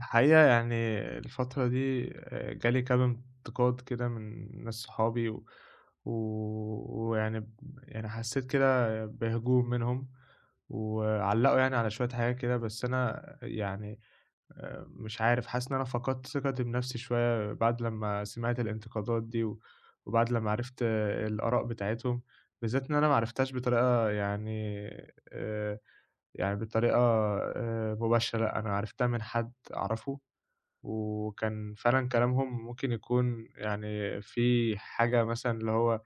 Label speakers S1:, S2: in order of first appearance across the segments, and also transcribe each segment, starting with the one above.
S1: الحقيقة يعني الفترة دي جالي كام انتقاد كده من ناس صحابي و و ويعني يعني حسّيت كده بهجوم منهم، وعلّقوا يعني على شوية حاجات كده. بس أنا يعني مش عارف، حاسس إن أنا فقدت ثقتي بنفسي شوية بعد لمّا سمعت الانتقادات دي، وبعد لمّا عرفت الآراء بتاعتهم، بالذات إن أنا ما عرفتهاش بطريقة يعني آآ يعني بطريقة مباشرة. لأ، أنا عرفتها من حد أعرفه، وكان فعلًا كلامهم ممكن يكون يعني فيه حاجة مثلًا اللي هو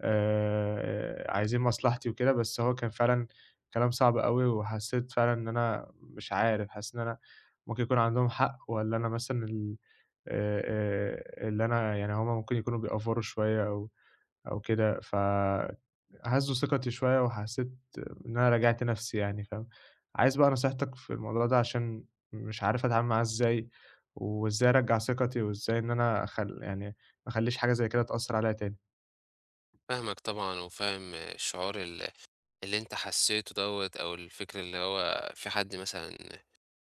S1: عايزين مصلحتي وكده. بس هو كان فعلًا كلام صعب أوي، وحسّيت فعلًا إن أنا مش عارف، حاسس إن أنا ممكن يكون عندهم حق والّا أنا مثلًا آآ اللي أنا يعني هم ممكن يكونوا بيأفوروا شوية أو كده. فهزّوا ثقتي شوية، وحسّيت إن أنا راجعت نَفْسي يعني فاهم؟ عايز بقى نصيحتك في الموضوع ده، عشان مش عارف أتعامل معاه إزاي، وإزاي أرجّع ثقتي، وإزاي إن أنا يعني ما أخلّيش حاجة زي كده تأثّر عليّا تاني.
S2: فاهمك طبعًا، وفاهم الشعور اللي أنت حسيته دوّة، أو الفكر اللي هو في حد مثلًا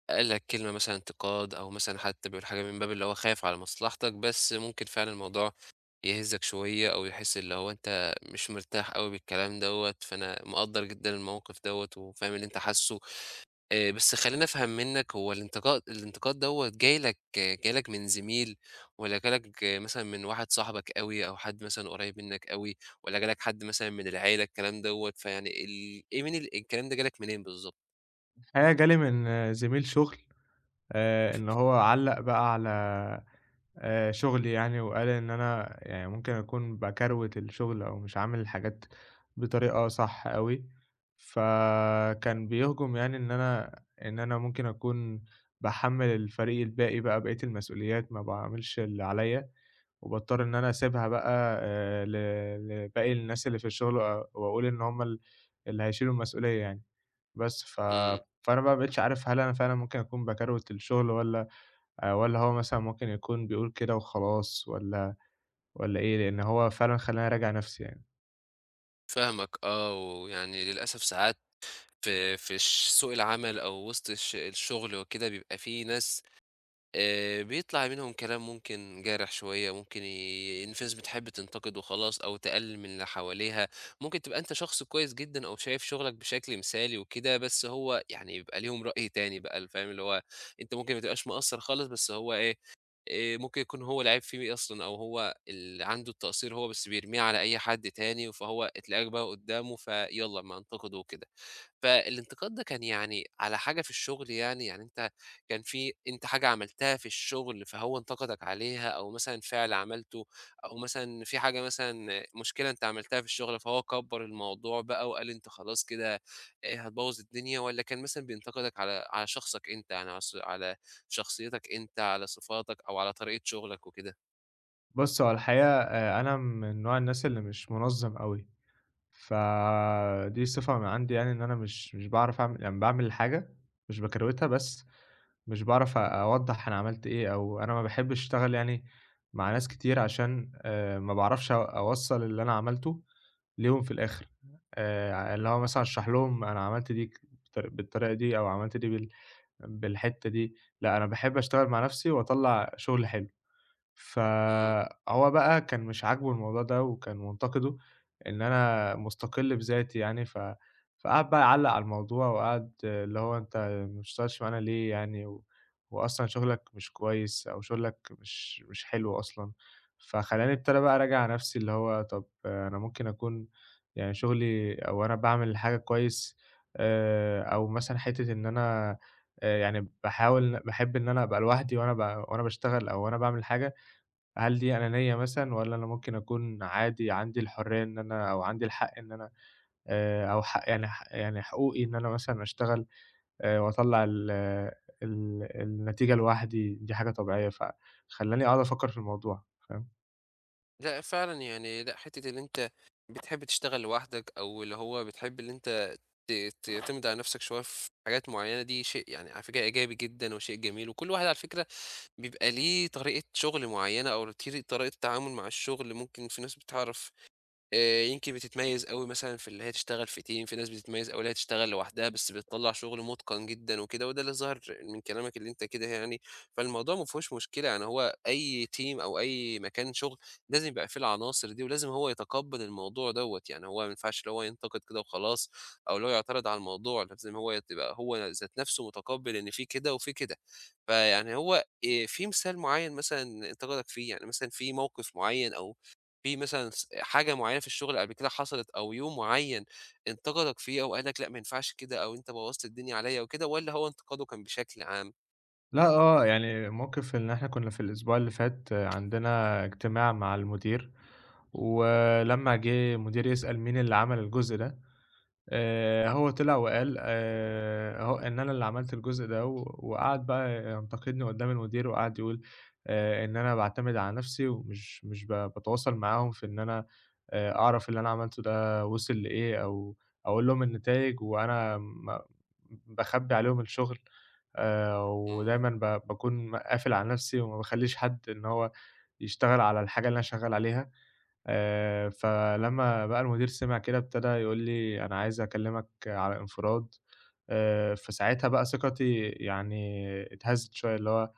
S2: قال لك كلمة مثلًا انتقاد، أو مثلًا حتى بيقول حاجة من باب اللي هو خايف على مصلحتك، بس ممكن فعلًا الموضوع يهزك شوية، أو يحس اللي هو أنت مش مرتاح أوي بالكلام دوّة، فأنا مقدّر جدًا الموقف دوّة، وفاهم اللي أنت حاسه. بس خلّيني أفهم منّك هو الانتقاد دوّة جاي لك من زميل، والّا جه لك مثلًا من واحد صاحبك أوي أو حد مثلًا قريّب منّك أوي، والّا جه لك حد مثلًا من العيلة الكلام دوّة، فيعني ال إيه من ال الكلام ده جه لك منين بالضبط؟
S1: الحقيقة جالي من زميل شُغل. إن هو علّق بقى على شُغلي يعني، وقال إن أنا يعني ممكن أكون باكروِت الشغل، أو مش عامل الحاجات بطريقة صح أوي. فكان بيهجُم يعني إن أنا ممكن أكون باحمّل الفريق الباقي بقى بقية المسؤوليات، ما باعملش اللي عليّا، وباضطر إن أنا أسيبها بقى ل لباقي الناس اللي في الشغل، وأقول إن هُم اللي هيشيلوا المسؤولية يعني. بس
S2: إمم.
S1: فأنا بقى ما بقيتش عارف هل أنا فعلًا ممكن أكون باكروِت الشغل، والّا والّا هو مثلًا ممكن يكون بيقول كده وخلاص، والّا إيه؟ لإن هو فعلًا خلّاني أراجع نَفْسي يعني.
S2: فاهمك آه، ويعني للأسف ساعات في سوق العمل أو وسط الشغل وكده بيبقى في ناس، بيطلع منهم كلام ممكن جارح شوية، ممكن الناس بتحب تنتقد وخلاص أو تقلل من اللي حواليها، ممكن تبقى أنت شخص كويس جدًا أو شايف شغلك بشكل مثالي وكده، بس هو يعني بيبقى ليهم رأي تاني بقى فاهم اللي هو أنت ممكن ما تبقاش مقصّر خالص، بس هو إيه، ممكن يكون هو العيب فيه أصلًا أو هو اللي عنده التقصير هو، بس بيرميه على أي حد تاني، فهو تلاقيك بقى قدّامه فيالّا أمّا انتقده وكده. فالانتقاد ده كان يعني على حاجة في الشغل يعني، يعني أنت كان في أنت حاجة عملتها في الشغل فهو انتقدك عليها، أو مثلًا فعل عملته، أو مثلًا في حاجة مثلًا مشكلة أنت عملتها في الشغل فهو كبّر الموضوع بقى وقال أنت خلاص كده هتبوّظ الدنيا، والّا كان مثلًا بينتقدك على شخصك أنت، يعني على على شخصيتك أنت، على صفاتك أو على طريقة شغلك وكده؟
S1: بُص، هو الحقيقة أنا من نوع الناس اللي مش منظَّم أوي. فدي صفة من عندي، يعني إن أنا مش باعرف أعمل، يعني باعمل الحاجة، مش باكروتها. بس مش باعرف أوضّح أنا عملت إيه، أو أنا ما باحبّش أشتغل يعني مع ناس كتير عشان ما باعرفش أوصّل اللي أنا عملته ليهم في الآخِر. اللي هو مثلًا أشرح لهم أنا عملت دي ك بالطر بالطريقة دي، أو عملت دي بالحتّة دي. لأ، أنا باحب أشتغل مع نَفْسي وأطلّع شغل حلو.
S2: إمم،
S1: فهو بقى كان مش عاجبه الموضوع ده، وكان منتقده إن أنا مستقل بذاتي يعني. فقعد بقى يعلّق على الموضوع، وقعد اللي هو أنت ما بتشتغلش معانا ليه يعني، وأصلًا شغلك مش كويس، أو شغلك مش حلو أصلًا. فخلّاني ابتدى بقى أراجع نفسي، اللي هو طب أنا ممكن أكون يعني شغلي أو أنا باعمل حاجة كويس، أو مثلًا حتّة إن أنا يعني باحب إن أنا أبقى لوحدي، وأنا باشتغل، أو وأنا باعمل حاجة، هل دي أنانية
S2: إمم.
S1: مثلًا، والّا أنا ممكن أكون عادي عندي الحرية إن أنا، أو عندي الحق إن أنا أو حق يعني يعني حقوقي إن أنا مثلًا أشتغل وأطلّع ال ال النتيجة لوحدي، دي حاجة طبيعية. فخلّاني أقعد أفكّر في الموضوع، فاهم؟
S2: لأ فعلًا يعني لأ، حتّة اللي أنت بتحب تشتغل لوحدك أو اللي هو بتحب اللي أنت ت تعتمد على نفسك شوية في حاجات معيّنة دي شيء يعني على فكرة إيجابي جدًا وشيء جميل، وكل واحد على فكرة بيبقى ليه طريقة شغل معيّنة أو طريقة تعامل مع الشغل، ممكن في ناس بتعرف يمكن بتتميّز أوي مثلًا في اللي هي تشتغل في team، في ناس بتتميّز أوي اللي هي تشتغل لوحدها، بس بتطلّع شغل مُتقَن جدًا وكده، وده اللي ظهر من كلامك اللي أنت كده يعني. فالموضوع ما فيهوش مشكلة، يعني هو أي team أو أي مكان شغل لازم يبقى فيه العناصر دي، ولازم هو يتقبّل الموضوع دوّة، يعني هو ما ينفعش اللي هو ينتقد كده وخلاص، أو اللي هو يعترض على الموضوع، لازم هو يبقى هو ذات نَفْسه متقبّل إن في كده وفي كده، فيعني هو في مثال معيّن مثلًا انتقدك فيه، يعني مثلًا في موقف معيّن أو في مثلًا حاجة معيّنة في الشغل قبل كده حصلت أو يوم معيّن انتقدك فيه أو قال لك لأ ما ينفعش كده أو أنت بوّظت الدنيا عليّا وكده، والّا هو انتقاده كان بشكل عام؟
S1: لأ، آه، يعني موقِف إن إحنا كُنّا في الأسبوع اللي فات عندنا اجتماع مع المدير. ولمّا جِه المدير يسأل مين اللي عمل الجزء ده، هو طلع وقال هو إن أنا اللي عملت الجزء ده. وقعد بقى ينتقدني قدّام المدير، وقعد يقول إن أنا باعتمد على نَفْسي، ومش مش ب باتواصل معاهم في إن أنا أعرف اللي أنا عملته ده وصل لإيه، أو أقول لهم النتايج، وأنا باخبّي عليهم الشغل،
S2: إمم.
S1: ودايمًا باكون قافل على نَفْسي، وما باخلّيش حد إن هو يشتغل على الحاجة اللي أنا شغّال عليها. فلمّا بقى المدير سمع كده، ابتدى يقول لي: "أنا عايز أكلّمك على انفراد." فساعتها بقى ثقتي يعني اتهزت شوية، اللي هو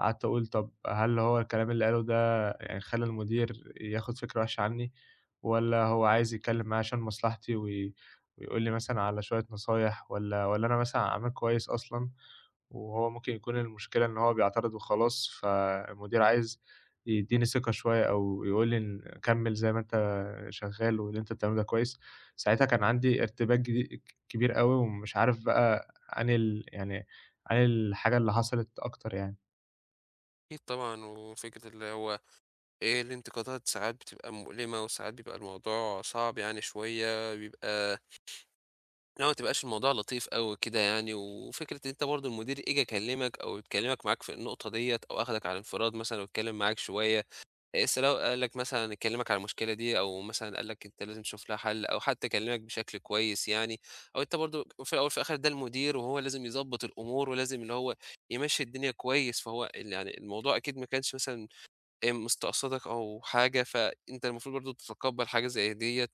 S1: قعدت أقول طب هل هو الكلام اللي قاله ده يعني خلّى المدير ياخد فكرة وحشة عني، والّا هو عايز يتكلّم معايا عشان مصلحتي ويقول لي مثلًا على شوية نصايح، والّا أنا مثلًا عميل كويس أصلًا؟ وهو ممكن يكون المشكلة إن هو بيعترض وخلاص، فالمدير عايز يدّيني ثقة شوية، أو يقول لي إن كمّل زي ما أنت شغّال، واللي أنت بتعمله ده كويس. ساعتها كان عندي ارتباك جدي كبير أوي، ومش عارف بقى أنهي يعني أنهي الحاجة اللي حصلت أكتر يعني.
S2: أكيد طبعًا، وفكرة اللي هو الانتقادات ساعات بتبقى مؤلمة وساعات بيبقى الموضوع صعب يعني شوية، بيبقى اللي هو ما تبقاش الموضوع لطيف أوي كده يعني، وفكرة إن أنت برضه المدير إجى كلّمك أو اتكلّمك معاك في النقطة ديّة أو أخدك على انفراد مثلًا واتكلّم معاك شوية، سواء قال لك مثلًا كلّمك على المشكلة دي أو مثلًا قال لك أنت لازم تشوف لها حل أو حتى كلّمك بشكل كويس يعني، أو أنت برضه في الأول وفي الآخر ده المدير وهو لازم يضبّط الأمور ولازم اللي هو يمشّي الدنيا كويس، فهو يعني الموضوع أكيد ما كانش مثلًا مستقصدك أو حاجة، فأنت المفروض برضه تتقبّل حاجة زي ديّة.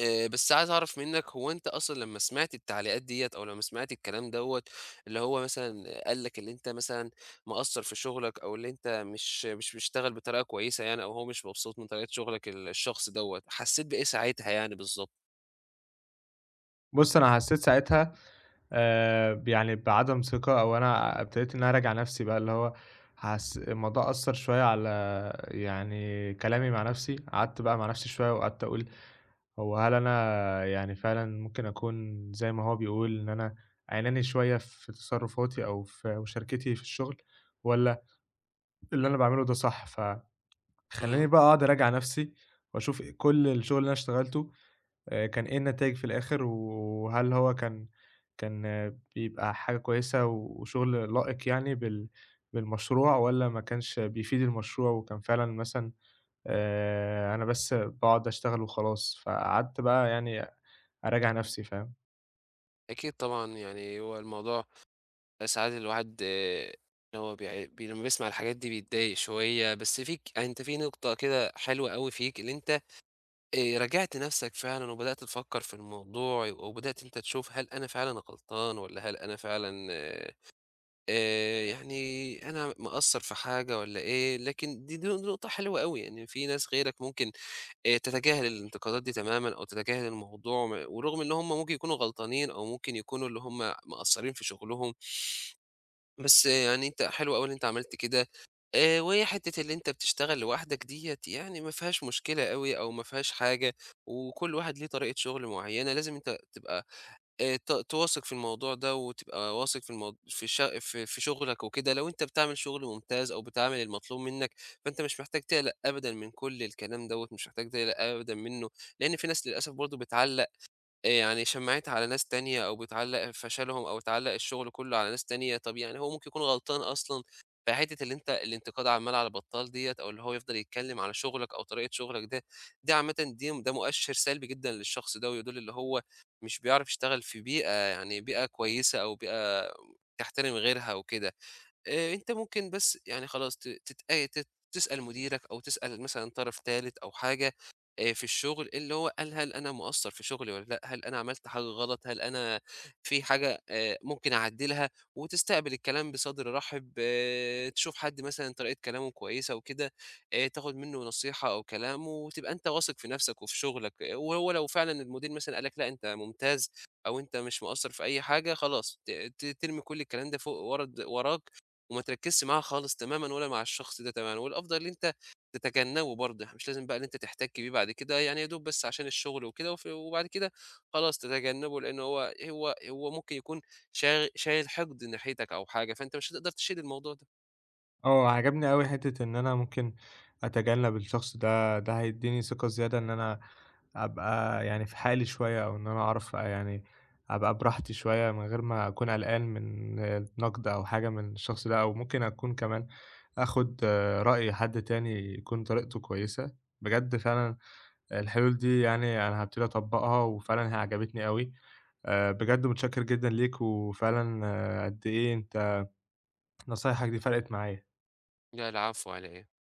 S2: بس عايز أعرف منّك هو أنت أصلًا لمّا سمعت التعليقات ديّة أو لمّا سمعت الكلام دوّة، اللي هو مثلًا قال لك اللي أنت مثلًا مقصّر في شغلك أو اللي أنت مش بتشتغل بطريقة كويسة يعني أو هو مش مبسوط من طريقة شغلك الشخص دوّة، حسّيت بإيه ساعتها يعني بالضبط؟
S1: بُص، أنا حسّيت ساعتها ب يعني بعدم ثقة، أو أنا ابتديت إن أنا أراجع نَفْسي بقى، اللي هو حس الموضوع أثّر شوية على يعني كلامي مع نَفْسي. قعدت بقى مع نَفْسي شوية، وقعدت أقول هو هل أنا يعني فعلًا ممكن أكون زي ما هو بيقول إن أنا أناني شوية في تصرفاتي أو في مشاركتي في الشغل، والّا اللي أنا باعمله ده صح؟ فخلّيني
S2: إمم.
S1: بقى أقعد أراجع نفسي وأشوف كل الشغل اللي أنا اشتغلته، كان إيه النتايج في الآخر، وهل هو كان بيبقى حاجة كويسة وشغل لائق يعني بالمشروع، والّا ما كانش بيفيد المشروع، وكان فعلًا مثلًا أنا بس باقعد أشتغل وخلاص. فقعدت بقى يعني أراجع نفسي، فاهم؟
S2: أكيد طبعًا يعني هو الموضوع ساعات الواحد اللي هو بيع بي لمّا بيسمع الحاجات دي بيتضايق شوية، بس فيك أنت في نقطة كده حلوة أوي فيك اللي أنت راجعت نَفْسك فعلًا وبدأت تفكّر في الموضوع، وبدأت أنت تشوف هل أنا فعلًا غلطان والّا هل أنا فعلًا يعني أنا مقصّر في حاجة والّا إيه، لكن دي نقطة حلوة أوي، يعني في ناس غيرك ممكن تتجاهل الانتقادات دي تمامًا أو تتجاهل الموضوع ورغم إن هم ممكن يكونوا غلطانين أو ممكن يكونوا اللي هم مقصّرين في شغلهم، بس يعني أنت حلو أوي اللي أنت عملت كده. وهي حتّة اللي أنت بتشتغل لوحدك ديّة يعني ما فيهاش مشكلة أوي أو ما فيهاش حاجة، وكل واحد ليه طريقة شغل معيّنة، لازم أنت تبقى ت تواثق في الموضوع ده وتبقى واثق في المو في الش في في شغلك وكده، لو أنت بتعمل شغل ممتاز أو بتعمل المطلوب منّك، فأنت مش محتاج تقلق أبدًا من كل الكلام دوّة، مش محتاج تقلق أبدًا منّه، لإن في ناس للأسف برضه بتعلّق يعني شمّعتها على ناس تانية أو بتعلّق فشلهم أو تعلّق الشغل كُلّه على ناس تانية، طب يعني هو ممكن يكون غلطان أصلًا في حتّة اللي أنت الانتقاد عمّال على بطّال ديّة أو اللي هو يفضل يتكلّم على شغلك أو طريقة شغلك ده، دي عامةً ده مؤشِّر سلبي جدًا للشخص ده ويدُل اللي هو مش بيعرف يشتغل في بيئة يعني بيئة كويسة أو بيئة تحترم غيرها وكده. أنت ممكن بس يعني خلاص ت تتأ تت تسأل مديرك أو تسأل مثلًا طرف تالت أو حاجة، في الشغل اللي هو قال هل أنا مقصّر في شغلي والّا لأ؟ هل أنا عملت حاجة غلط؟ هل أنا في حاجة ممكن أعدّلها؟ وتستقبل الكلام بصدر رحب، آه، تشوف حد مثلًا طريقة كلامه كويسة وكده، تاخد منه نصيحة أو كلام وتبقى أنت واثق في نفسك وفي شغلك، آه، وهو لو فعلًا المدير مثلًا قال لك لأ أنت ممتاز أو أنت مش مقصّر في أي حاجة، خلاص ت ت ترمي كل الكلام ده فوق ورا وراك، وما تركّزش معاها خالص تمامًا ولا مع الشخص ده تمامًا، والأفضل إن أنت تتجنّبه برضه، يعني مش لازم بقى إن أنت تحتَك بيه بعد كده، يعني يا دوب بس عشان الشغل وكده، وبعد كده خلاص تتجنّبه، لإن هو ممكن يكون شايل حقد ناحيتك أو حاجة، فأنت مش هتقدر تشيل الموضوع ده.
S1: آه، عجبني أوي حتّة إن أنا ممكن أتجنب الشخص ده. ده هيدّيني ثقة زيادة إن أنا أبقى يعني في حالي شوية، أو إن أنا أعرف يعني أبقى براحتي شوية من غير ما أكون قلقان من نقد أو حاجة من الشخص ده، أو ممكن أكون كمان آخُد رأي حد تاني يكون طريقته كويسة. بجد فعلًا الحلول دي يعني أنا هابتدي أطبّقها، وفعلًا هي عجبتني أوي. بجد متشكّر جدًا ليك، وفعلًا قد إيه أنت نصايحك دي فرقِت معايا.
S2: لا العفو على إيه.